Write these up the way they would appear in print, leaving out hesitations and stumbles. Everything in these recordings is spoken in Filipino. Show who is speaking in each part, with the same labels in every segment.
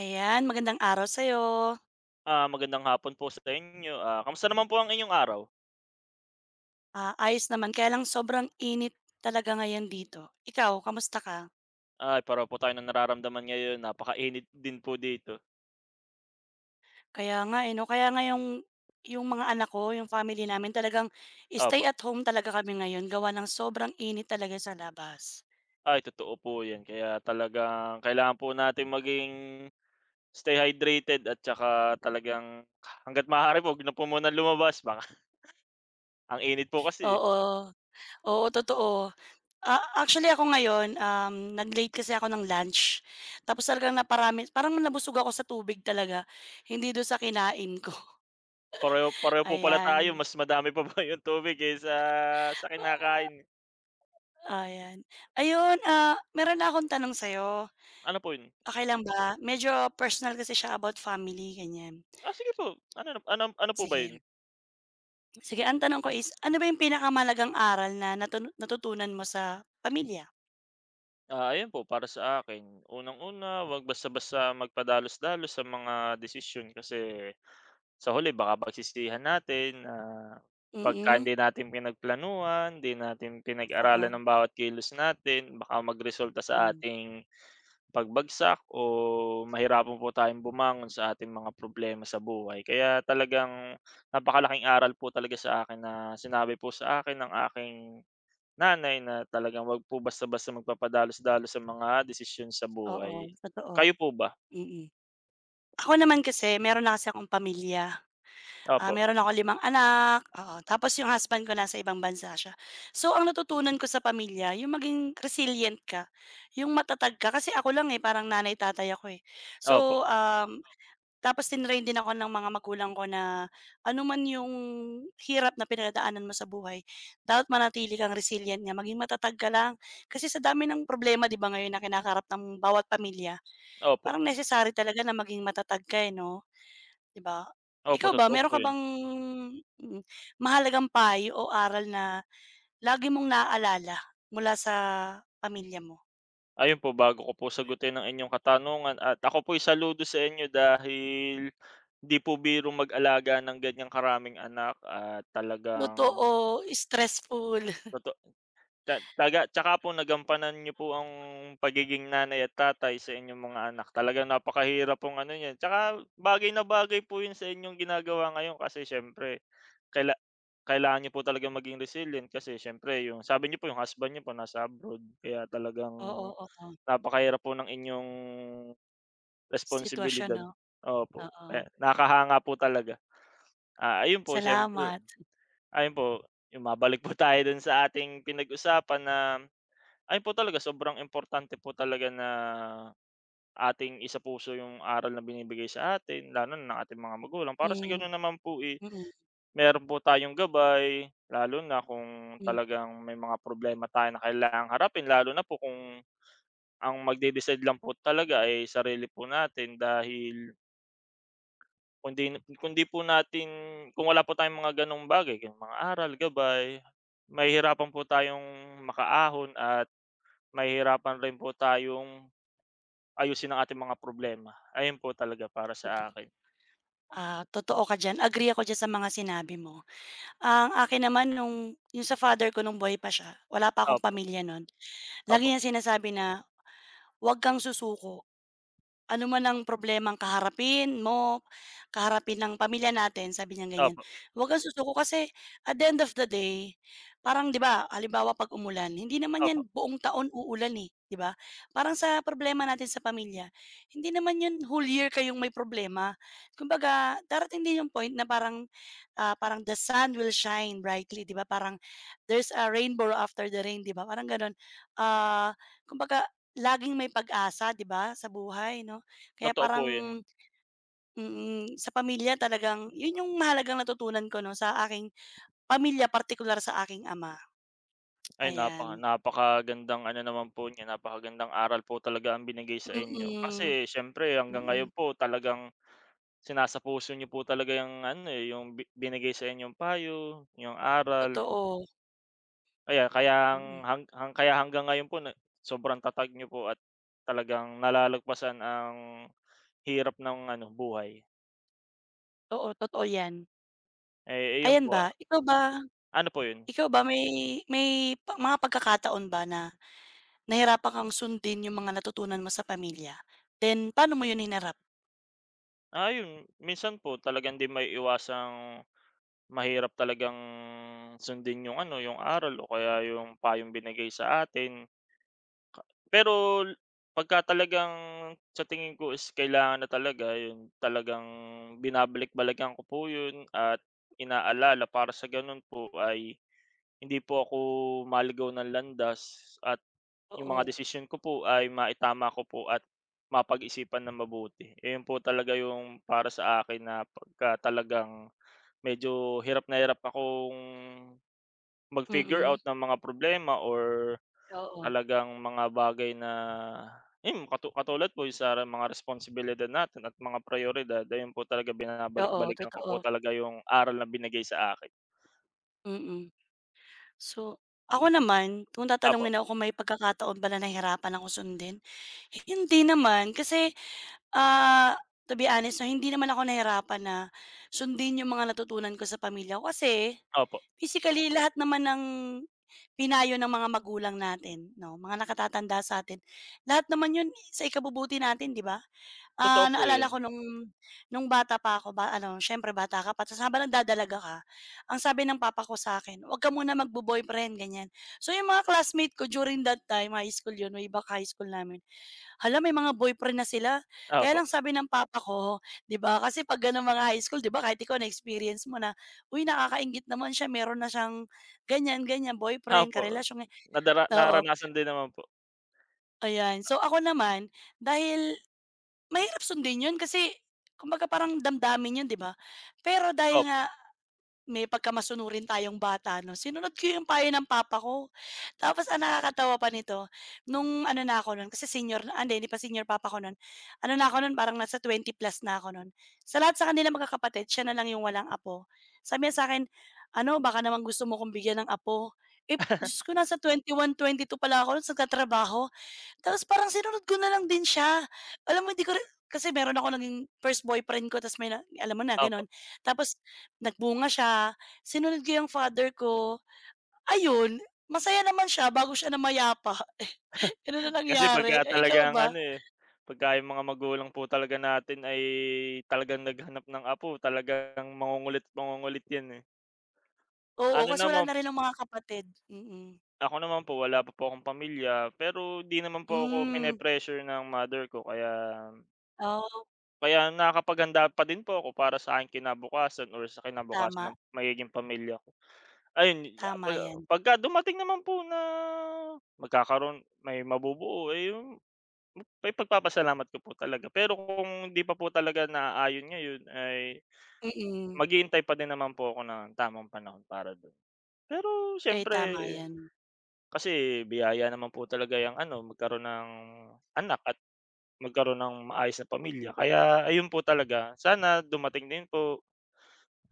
Speaker 1: Ayan, magandang araw sa'yo.
Speaker 2: Ah, magandang hapon po sa inyo. Ah, kamusta naman po ang inyong araw?
Speaker 1: Ah, ayos naman, kaya lang sobrang init talaga ngayon dito. Ikaw, kamusta ka?
Speaker 2: Ay, pareho po tayo ng nararamdaman ngayon, napakainit din po dito.
Speaker 1: Kaya nga eh, 'no, kaya nga yung mga anak ko, yung family namin talagang stay
Speaker 2: Opo.
Speaker 1: at home talaga kami ngayon gawa ng sobrang init talaga sa labas.
Speaker 2: Ay, totoo po 'yan. Kaya talagang kailangan po natin maging stay hydrated at saka talagang hangga't maaari po 'wag na po munang lumabas baka ang init po kasi, eh.
Speaker 1: Oo, oo, totoo. Ah, actually ako ngayon, nag-late kasi ako ng lunch tapos talagang naparami parang nabusog ako sa tubig talaga, hindi dun sa kinain ko,
Speaker 2: Pareho pareho po pala tayo,
Speaker 1: ayan.
Speaker 2: mas madami pa ba yung tubig kaysa sa kinakain.
Speaker 1: Ayan. Ayun, ah, meron na akong tanong sa'yo,
Speaker 2: Ano po 'yun?
Speaker 1: okey lang ba? Medyo personal kasi siya about family, ganyan.
Speaker 2: Ah, sige po. Ano ano ano po ba
Speaker 1: Sige.
Speaker 2: 'yun?
Speaker 1: Sige, ang tanong ko is, ano ba yung pinakamahalagang aral na natutunan mo sa pamilya?
Speaker 2: Ah, ayun po, para sa akin, unang-una, 'wag basta-basta magpadalos-dalos sa mga desisyon, kasi sa huli baka pagsisihan natin na pagka
Speaker 1: Mm,
Speaker 2: hindi natin pinagplanuhan, hindi natin pinag-aralan
Speaker 1: oo.
Speaker 2: ng bawat kilos natin, baka magresulta sa
Speaker 1: Hmm,
Speaker 2: ating pagbagsak o mahirapan po tayong bumangon sa ating mga problema sa buhay. Kaya talagang napakalaking aral po talaga sa akin na sinabi po sa akin ng aking nanay na talagang 'wag po basta-basta magpapadalos-dalos sa mga desisyon sa
Speaker 1: oo,
Speaker 2: buhay. Kayo
Speaker 1: totoo.
Speaker 2: po ba?
Speaker 1: Mm. Ako naman kasi meron na kasi akong pamilya. Ah,
Speaker 2: Opo,
Speaker 1: meron akong limang anak, oo. Tapos yung husband ko nasa ibang bansa siya. So, ang natutunan ko sa pamilya yung maging resilient ka, yung matatag ka. Kasi ako lang, eh, parang nanay-tatay ako, eh.
Speaker 2: opo,
Speaker 1: So, tapos tinrain din ako ng mga magulang ko na ano man yung hirap na pinagdaanan mo sa buhay, dapat manatili kang resilient nga, maging matatag ka lang. Kasi sa dami ng problema, 'di ba, ngayon na kinakarap ng bawat pamilya,
Speaker 2: opo,
Speaker 1: parang necessary talaga na maging matatag ka, eh, 'no? 'Di ba?
Speaker 2: opo,
Speaker 1: Ikaw ba
Speaker 2: totoo po
Speaker 1: meron ka
Speaker 2: 'yun.
Speaker 1: bang mm, mahalagang payo o aral na lagi mong naaalala mula sa pamilya mo?
Speaker 2: Ayun po, bago ko po sagutin ang inyong katanungan, at ako po'y saludo sa inyo dahil di po biro mag-alaga ng ganiyang karaming anak, at talagang
Speaker 1: Totoo, stressful.
Speaker 2: toto Ta taga tsaka po nagampanan niyo po ang pagiging nanay at tatay sa inyong mga anak. Talagang napakahirap pong ano niyan, tsaka bagay na bagay po 'yun sa inyong ginagawa ngayon kasi siyempre kaila kailangan niyo po talaga maging resilient, kasi siyempre yung sabi niyo po, yung husband niyo po nasa abroad, kaya
Speaker 1: Oo,
Speaker 2: talagang
Speaker 1: oo,
Speaker 2: napakahirap po ng inyong
Speaker 1: sitwasyon
Speaker 2: responsibilidad.
Speaker 1: 'no?
Speaker 2: Opo,
Speaker 1: Oo,
Speaker 2: eh, nakakahanga po talaga. Ah, ayun po, siyempre
Speaker 1: salamat.
Speaker 2: ayun po, yung mabalik po tayo dun sa ating pinag-usapan na ayun po talaga, sobrang importante po talaga na ating isapuso yung aral na binibigay sa atin lalo na ng ating mga magulang para sa
Speaker 1: Hmm,
Speaker 2: gano'n naman po, eh,
Speaker 1: mm,
Speaker 2: meron po tayong gabay lalo na kung
Speaker 1: mm,
Speaker 2: talagang may mga problema tayo na kailangang harapin, lalo na po kung ang magde-decide lang po talaga ay sarili po natin, dahil kundi 'di kung 'di po natin kung wala po tayong mga gano'ng bagay, yung mga aral, gabay, mahihirapan po tayong makaahon at mahihirapan rin po tayong ayusin ang ating mga problema. Ayun po talaga para sa
Speaker 1: totoo.
Speaker 2: akin.
Speaker 1: Ah, totoo ka diyan, agree ako diyan sa mga sinabi mo. Ang akin naman nung yung sa father ko nung buhay pa siya, wala pa akong
Speaker 2: Opo,
Speaker 1: pamilya nun, lagi
Speaker 2: opo,
Speaker 1: niyang sinasabi na huwag kang susuko. Ano man ang problemang kaharapin mo, kaharapin ng pamilya natin, sabi niyang ganyan,
Speaker 2: opo,
Speaker 1: "Huwag kang susuko kasi at the end of the day, parang 'di ba, halimbawa 'pag umulan, hindi naman
Speaker 2: opo.
Speaker 1: 'yan buong taon uulan, eh, 'di ba? Parang sa problema natin sa pamilya, hindi naman 'yun whole year kayong may problema. Kumbaga darating din yung point na parang, ah, parang the sun will shine brightly, 'di ba, parang there's a rainbow after the rain, 'di ba, parang gano'n. Ah, kumbaga laging may pag-asa 'di ba, sa buhay 'no? Kaya
Speaker 2: Totoo po 'yun.
Speaker 1: parang sa pamilya talagang 'yun yung mahalagang natutunan ko 'no, sa aking pamilya partikular sa aking ama,
Speaker 2: Ay,
Speaker 1: ayan.
Speaker 2: napakagandang ano naman po niyan, napakagandang aral po talaga ang binigay sa inyo.
Speaker 1: Mm,
Speaker 2: Kasi siyempre hanggang ngayon
Speaker 1: mm,
Speaker 2: po talagang sinasapuso niyo po talaga yung ano, eh, yung binigay sa inyong payo, yung aral.
Speaker 1: totoo,
Speaker 2: Kaya kayang
Speaker 1: mm.
Speaker 2: hang hang hang- kaya hanggang ngayon po na sobrang tatag niyo po at talagang nalalagpasan ang hirap ng ano, buhay.
Speaker 1: Oo, totoo 'yan.
Speaker 2: Eh, iyon
Speaker 1: Ayan
Speaker 2: po,
Speaker 1: ba,
Speaker 2: ah.
Speaker 1: ikaw ba
Speaker 2: Ano po 'yun?
Speaker 1: ikaw ba may mga pagkakataon ba na nahirapan kang sundin yung mga natutunan mo sa pamilya? Then paano mo 'yun hinarap?
Speaker 2: Ah, yun minsan po talagang di may maiiwasang mahirap talagang sundin yung ano, yung aral o kaya yung payong binigay sa atin. Pero l- pagka talagang sa tingin ko is kailangan na talaga yun, talagang binabalik-balikan ko po yun at inaalala para sa ganun po ay hindi po ako maligaw ng landas at yung mga
Speaker 1: Oo,
Speaker 2: desisyon ko po ay maitama ko po at mapag-isipan nang mabuti. Iyon po talaga yung para sa akin na pagka talagang medyo hirap na hirap akong mag-figure
Speaker 1: mm,
Speaker 2: out ng mga problema, or
Speaker 1: oo,
Speaker 2: talagang mga bagay na ayun, katulad po yung sa mga responsibilidad natin at mga prayoridad, ayun po talaga,
Speaker 1: oo,
Speaker 2: binabalik-balikan ko po
Speaker 1: totoo,
Speaker 2: talaga yung aral na binigay sa akin.
Speaker 1: mm. So, ako naman kung
Speaker 2: Opo,
Speaker 1: tatanungin ako kung may pagkakataon ba na nahirapan ako sundin, hindi naman. Kasi, ah, to be honest 'no, hindi naman ako nahirapan na sundin yung mga natutunan ko sa pamilya ko kasi
Speaker 2: opo.
Speaker 1: physically lahat naman ng pinayo ng mga magulang natin 'no, mga nakatatanda sa'tin, lahat naman yun sa ikabubuti natin, 'di ba?
Speaker 2: Totoo
Speaker 1: Ah,
Speaker 2: po
Speaker 1: naalala
Speaker 2: yun,
Speaker 1: ko nung bata pa ako ba ano, siyempre bata ka pa tas habang nagdadalaga ka, ang sabi ng papa ko sa akin, "Wag ka muna magbo-boyfriend," ganyan. So, yung mga classmate ko during that time, high school yun, way back high school namin, hala may mga boyfriend na sila. Kaya
Speaker 2: opo.
Speaker 1: lang sabi ng papa ko, 'di ba, kasi 'pag gano'ng mga high school, 'di ba, kahit ikaw na-experience mo na, "Uy, nakakainggit naman siya, meron na siyang ganyan, ganyan, boyfriend,
Speaker 2: Opo,
Speaker 1: karelasyon." eh." Oo,
Speaker 2: naranasan din naman po.
Speaker 1: ayan. So, ako naman dahil mahirap sundin 'yun kasi kumbaga parang damdamin 'yun, 'di ba? Pero dahil
Speaker 2: Opo,
Speaker 1: nga may pagkamasunurin tayong bata 'no, sinunod ko yung payo ng papa ko. Tapos ang nakakatawa pa nito, nung ano na ako nun kasi senior na ah, hindi, hindi pa senior papa ko nun. Ano na ako nun, parang nasa 20+ na ako nun. Sa lahat sa kanilang magkakapatid, siya na lang yung walang apo. Sabi niya sa akin, "Ano, baka naman gusto mo kong bigyan ng apo." Eh, Diyos ko nasa 22 pala ako nun tapos parang sinunod ko na lang din siya. Alam mo hindi ko rin kasi meron ako naging first boyfriend ko tapos may na alam mo na
Speaker 2: opo.
Speaker 1: gano'n. Tapos nagbunga siya, sinunod ko yung father ko, ayun, masaya naman siya bago siya namayapa. Gano'n na
Speaker 2: Kasi
Speaker 1: nangyari.
Speaker 2: pagka
Speaker 1: Eh, ikaw
Speaker 2: talagang
Speaker 1: ba?
Speaker 2: ano, eh, pagka yung mga magulang po talaga natin ay talagang naghanap ng apo, talagang mangungulit at mangungulit 'yan, eh.
Speaker 1: Oo,
Speaker 2: Ano
Speaker 1: kasi wala
Speaker 2: naman
Speaker 1: na
Speaker 2: po
Speaker 1: rin ang mga kapatid, mm.
Speaker 2: Ako naman po wala pa po akong pamilya, pero 'di naman po ako
Speaker 1: Hmm,
Speaker 2: pine-pressure ng mother ko, kaya
Speaker 1: oo,
Speaker 2: kaya nakakapaghanda pa din po ako para sa aking kinabukasan or sa kinabukasan
Speaker 1: tama,
Speaker 2: ng magiging pamilya. Ayun, ya
Speaker 1: tama
Speaker 2: pag
Speaker 1: 'yan.
Speaker 2: pagka dumating naman po na magkakaroon, may mabubuo, eh, yung ipagpapasalamat ko po talaga. Pero kung hindi pa po talaga naaayon ngayon ay
Speaker 1: Mm,
Speaker 2: maghihintay pa din naman po ako ng tamang panahon para do'n. Pero
Speaker 1: eh,
Speaker 2: siyempre
Speaker 1: tama 'yan,
Speaker 2: kasi biyaya naman po talaga yang ano, magkaroon ng anak at magkaroon ng maayos na pamilya. Kaya ayun po talaga, sana dumating din po,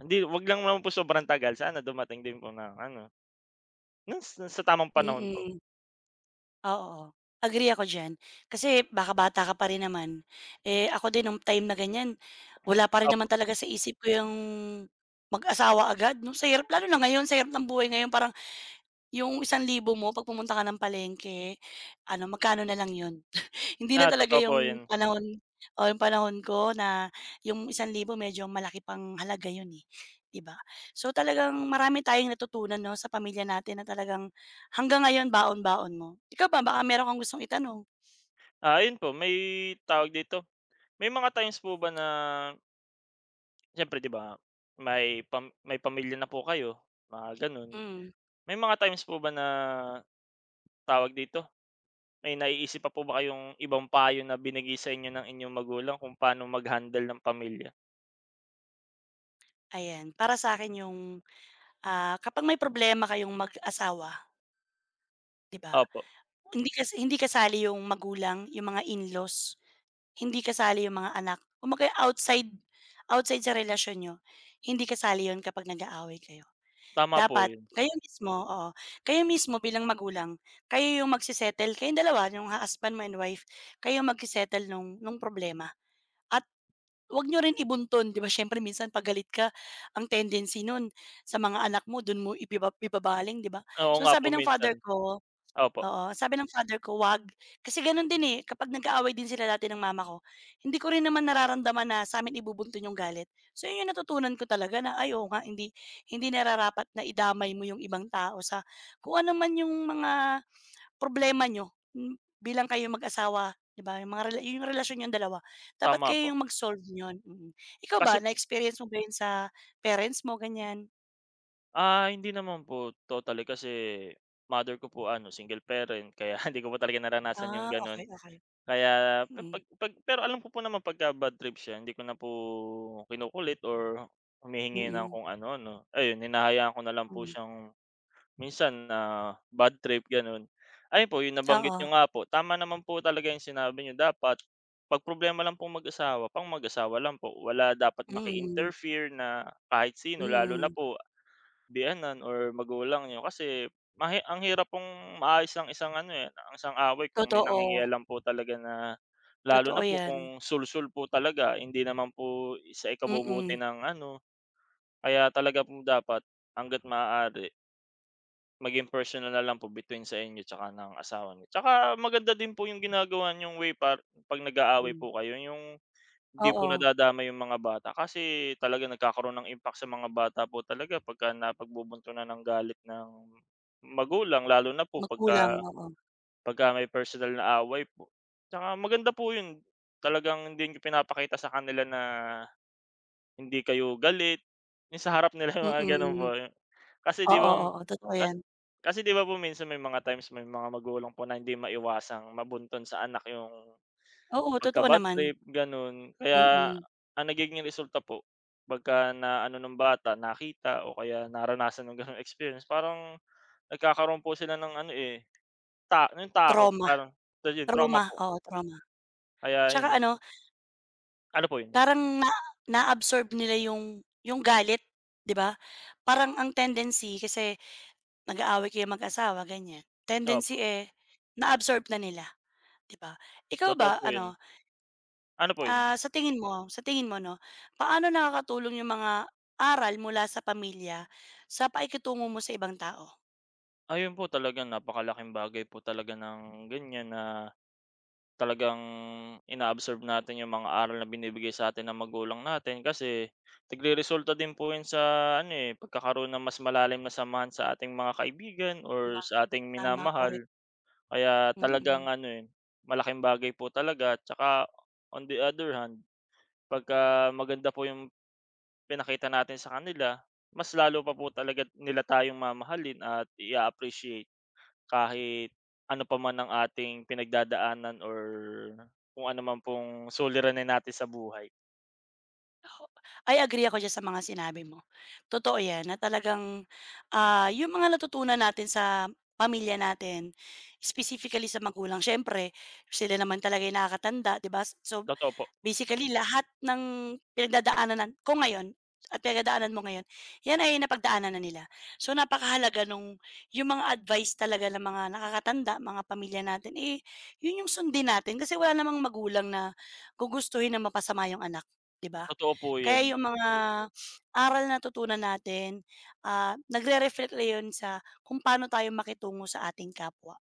Speaker 2: hindi, 'wag lang naman po sobrang tagal, sana dumating din po ng ano, ng sa tamang panahon po.
Speaker 1: mm. Oo, agree ako diyan. Kasi baka bata ka pa rin naman, eh, ako din nung time na ganyan, wala pa rin
Speaker 2: Opo.
Speaker 1: naman talaga sa isip ko yung mag-asawa agad 'no, sa hirap lalo na ngayon, sa hirap ng buhay ngayon parang yung 1,000 mo 'pag pumunta ka ng palengke, ano magkano na lang yun? Hindi na
Speaker 2: Ah,
Speaker 1: talaga
Speaker 2: totoo po
Speaker 1: yung
Speaker 2: 'yun.
Speaker 1: panahon o yung panahon ko na yung 1,000 medyo malaki pang halaga yun, eh, 'di ba? So, talagang marami tayong natutunan 'no, sa pamilya natin na talagang hanggang ngayon baon-baon mo. Ikaw ba, baka meron kang gustong itanong?
Speaker 2: Ah, ayun po, may tawag dito, may mga times po ba na siyempre 'di ba, may pamilya na po kayo, mga gano'n.
Speaker 1: Mm,
Speaker 2: May mga times po ba na, tawag dito, may naiisip pa po ba kayong ibang payo na binigay sa inyo ng inyong magulang kung paano mag-handle ng pamilya?
Speaker 1: ayan. Para sa akin yung, ah, kapag may problema kayong mag-asawa, 'di ba,
Speaker 2: Opo,
Speaker 1: hindi kasali yung magulang, yung mga in-laws, hindi kasali yung mga anak. Kumbaga outside outside sa relasyon niyo, hindi kasali yun kapag nag-aaway kayo.
Speaker 2: tama po
Speaker 1: Dapat
Speaker 2: 'yun.
Speaker 1: kayo mismo, oo, kayo mismo bilang magulang, kayo yung magse-settle, kayong dalawa yung husband mo and wife, kayo magse-settle nung problema at wag niyo rin ibuntun, 'di ba siyempre minsan 'pag galit ka ang tendency nun sa mga anak mo dun mo ibabaling, 'di ba?
Speaker 2: Oo
Speaker 1: So,
Speaker 2: nga po
Speaker 1: sabi ng
Speaker 2: minsan.
Speaker 1: father ko.
Speaker 2: Opo,
Speaker 1: Oo, sabi ng father ko, "Wag." Kasi gano'n din, eh, kapag nag-aaway din sila dati ng mama ko, hindi ko rin naman nararamdaman na sa'min ibubuntun yung galit. So 'yun yung natutunan ko talaga na, ay, oo nga, hindi hindi nararapat na idamay mo yung ibang tao sa kung ano man yung mga problema nyo, bilang kayong mag-asawa, 'di ba, yung relasyon niyong dalawa, dapat
Speaker 2: tama po.
Speaker 1: kayo yung mag-solve niyon, mm. Ikaw
Speaker 2: Kasi,
Speaker 1: ba, na-experience mo ba 'yun sa parents mo, ganiyan?
Speaker 2: ah, hindi naman po totally kasi mother ko po ano, single parent, kaya hindi ko po talaga naranasan yung
Speaker 1: Ah,
Speaker 2: gano'n.
Speaker 1: okay okay
Speaker 2: Kaya pe
Speaker 1: mm,
Speaker 2: pag pag pero alam ko po naman pagka bad trip siya hindi ko na po kinukulit or humihingi ng
Speaker 1: mm-mm.
Speaker 2: kung ano 'no. Ayun, hinahayaan ko na lang
Speaker 1: Mm,
Speaker 2: po
Speaker 1: hmm.
Speaker 2: siyang minsan na bad trip gano'n. Ayun po, yung nabanggit
Speaker 1: Oo,
Speaker 2: niyo nga po, tama naman po talaga yung sinabi niyo, dapat 'pag problema lang po mag-asawa, pang mag-asawa lang po. Wala dapat
Speaker 1: mm.
Speaker 2: maki-interfere na kahit sino, lalo na
Speaker 1: Mm,
Speaker 2: po biyenan or magulang niyo, kasi ang hirap pong maayos ang isang ano, eh, ang isang away kung may
Speaker 1: totoo,
Speaker 2: nangingialam po talaga na lalo na
Speaker 1: totoo
Speaker 2: po
Speaker 1: 'yan.
Speaker 2: kung sulsul po talaga hindi naman po sa ikabubuti
Speaker 1: Mm,
Speaker 2: ng ano. Kaya talaga po dapat hangga't maaari maging personal na lang po between sa inyo tsaka ng asawa niyo. Tsaka maganda din po yung ginagawa niyong way par 'pag nag-aaway
Speaker 1: hmm,
Speaker 2: po kayo, yung hindi po
Speaker 1: oo,
Speaker 2: nadadamay yung mga bata, kasi talaga nagkakaroon ng impact sa mga bata po talaga pagka napagbubuntunan ng galit ng magulang, lalo na po
Speaker 1: magulang,
Speaker 2: pagka
Speaker 1: oo.
Speaker 2: pagka may personal na away po. Tsaka maganda po yun, talagang hindi niyo pinapakita sa kanila na hindi kayo galit, yung sa harap nila yung mga gano'n po.
Speaker 1: Mm,
Speaker 2: Kasi 'di
Speaker 1: oo,
Speaker 2: ba,
Speaker 1: oo, totoo
Speaker 2: kas
Speaker 1: 'yan.
Speaker 2: kasi 'di ba po minsan may mga times, may mga magulang po na hindi maiwasang mabuntun sa anak yung
Speaker 1: Oo,
Speaker 2: pagka
Speaker 1: totoo
Speaker 2: bad
Speaker 1: naman,
Speaker 2: trip gano'n, kaya
Speaker 1: mm.
Speaker 2: ang nagiging resulta po pagka naano ng bata, nakita o kaya naranasan ng gano'ng experience parang nagkakaroon po sila ng ano, eh, ta yung takot,
Speaker 1: Trauma,
Speaker 2: parang, so 'yun, trauma
Speaker 1: trauma,
Speaker 2: po.
Speaker 1: oo, trauma.
Speaker 2: Kaya
Speaker 1: 'Tsaka
Speaker 2: 'yun,
Speaker 1: ano,
Speaker 2: ano po 'yun?
Speaker 1: parang na-absorb nila yung galit, 'di ba? Parang ang tendency kasi nag-aaway kayo mag-asawa, ganiyan,
Speaker 2: Opo,
Speaker 1: tendency, eh, na-absorb na nila, 'di ba? Ikaw
Speaker 2: totoo
Speaker 1: ba,
Speaker 2: po 'yun.
Speaker 1: ano?
Speaker 2: Ano po 'yun?
Speaker 1: Ah, sa tingin mo 'no, paano nakakatulong yung mga aral mula sa pamilya sa pakikitungo mo sa ibang tao?
Speaker 2: Ayun po talaga napakalaking bagay po talaga ng ganiyan na talagang ina-absorb natin yung mga aral na binibigay sa atin ng magulang natin, kasi nagreresulta din po 'yan sa ano, eh, pagkakaroon ng mas malalim na samahan sa ating mga kaibigan or
Speaker 1: Ma
Speaker 2: sa ating
Speaker 1: tama,
Speaker 2: minamahal.
Speaker 1: korek,
Speaker 2: Kaya talagang
Speaker 1: mm.
Speaker 2: ano, eh, malaking bagay po talaga. Tsaka on the other hand, pagka maganda po yung pinakita natin sa kanila, mas lalo pa po talaga nila tayong mamahalin at i appreciate kahit ano pa man ang ating pinagdadaanan or kung ano man pong suliranin natin sa buhay.
Speaker 1: Ay, agree ako diyan sa mga sinabi mo. Totoo 'yan na talagang, ah, yung mga natutunan natin sa pamilya natin, specifically sa magulang, siyempre sila naman talaga yung nakakatanda, 'di ba? So
Speaker 2: Totoo po,
Speaker 1: basically lahat ng pinagdadaanan ko ngayon at pinagdadaanan mo ngayon, 'yan ay napagdaanan na nila. So napakahalaga nung yung mga advice talaga ng mga nakakatanda, mga pamilya natin, eh, yun yung sundin natin kasi wala namang magulang na gugustuhin na mapasama yung anak, 'di ba?
Speaker 2: totoo po 'yun.
Speaker 1: Kaya yung mga aral na natutunan natin, ah, nagre-reflect na yun sa kung paano tayo makitungo sa ating kapwa.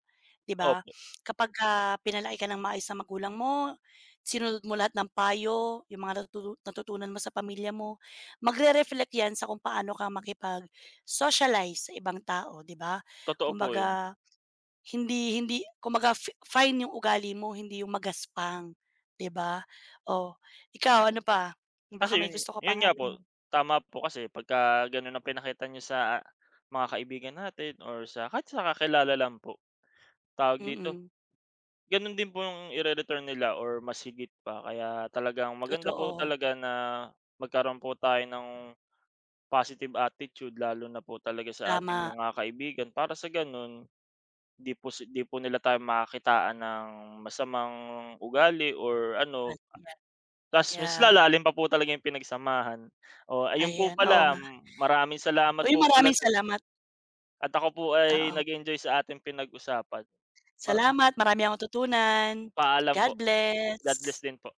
Speaker 1: 'Di ba?
Speaker 2: Opo,
Speaker 1: Kapagka pinalaki ka ng maayos ng magulang mo, sinunod mo lahat ng payo, yung mga natutunan mo sa pamilya mo, magre-reflect 'yan sa kung paano ka makipag-socialize sa ibang tao, 'di ba?
Speaker 2: totoo po 'yun.
Speaker 1: Kumbaga hindi hindi kumbaga fine yung ugali mo, hindi yung magaspang, 'di ba? Oh, ikaw ano pa?
Speaker 2: Kasi
Speaker 1: Baka may
Speaker 2: 'yun
Speaker 1: gusto ka
Speaker 2: 'yun
Speaker 1: pang
Speaker 2: nga po,
Speaker 1: ano.
Speaker 2: tama po kasi pagka gano'n ang pinakita niyo sa mga kaibigan natin or sa kahit sa kakilala lang po, tawag dito,
Speaker 1: Mm,
Speaker 2: gano'n din po yung ire-return nila or mas higit pa. Kaya talagang maganda po
Speaker 1: totoo,
Speaker 2: talaga na magkaroon po tayo ng positive attitude lalo na po talaga sa ating
Speaker 1: tama.
Speaker 2: mga kaibigan para sa gano'n, 'di po nila tayo makakitaan ng masamang ugali or ano,
Speaker 1: At yeah,
Speaker 2: ta's mas
Speaker 1: yeah,
Speaker 2: lalalim pa po talaga yung pinagsamahan. Oh, ayun po
Speaker 1: ayan, oo
Speaker 2: pala,
Speaker 1: nga.
Speaker 2: maraming salamat
Speaker 1: Uy,
Speaker 2: po pala
Speaker 1: maraming
Speaker 2: sa
Speaker 1: salamat,
Speaker 2: at ako po ay
Speaker 1: oo.
Speaker 2: nag-enjoy sa ating pinag-usapan. Mara ah,
Speaker 1: Salamat, marami akong natutunan.
Speaker 2: Paalam po.
Speaker 1: God bless.
Speaker 2: God bless din po.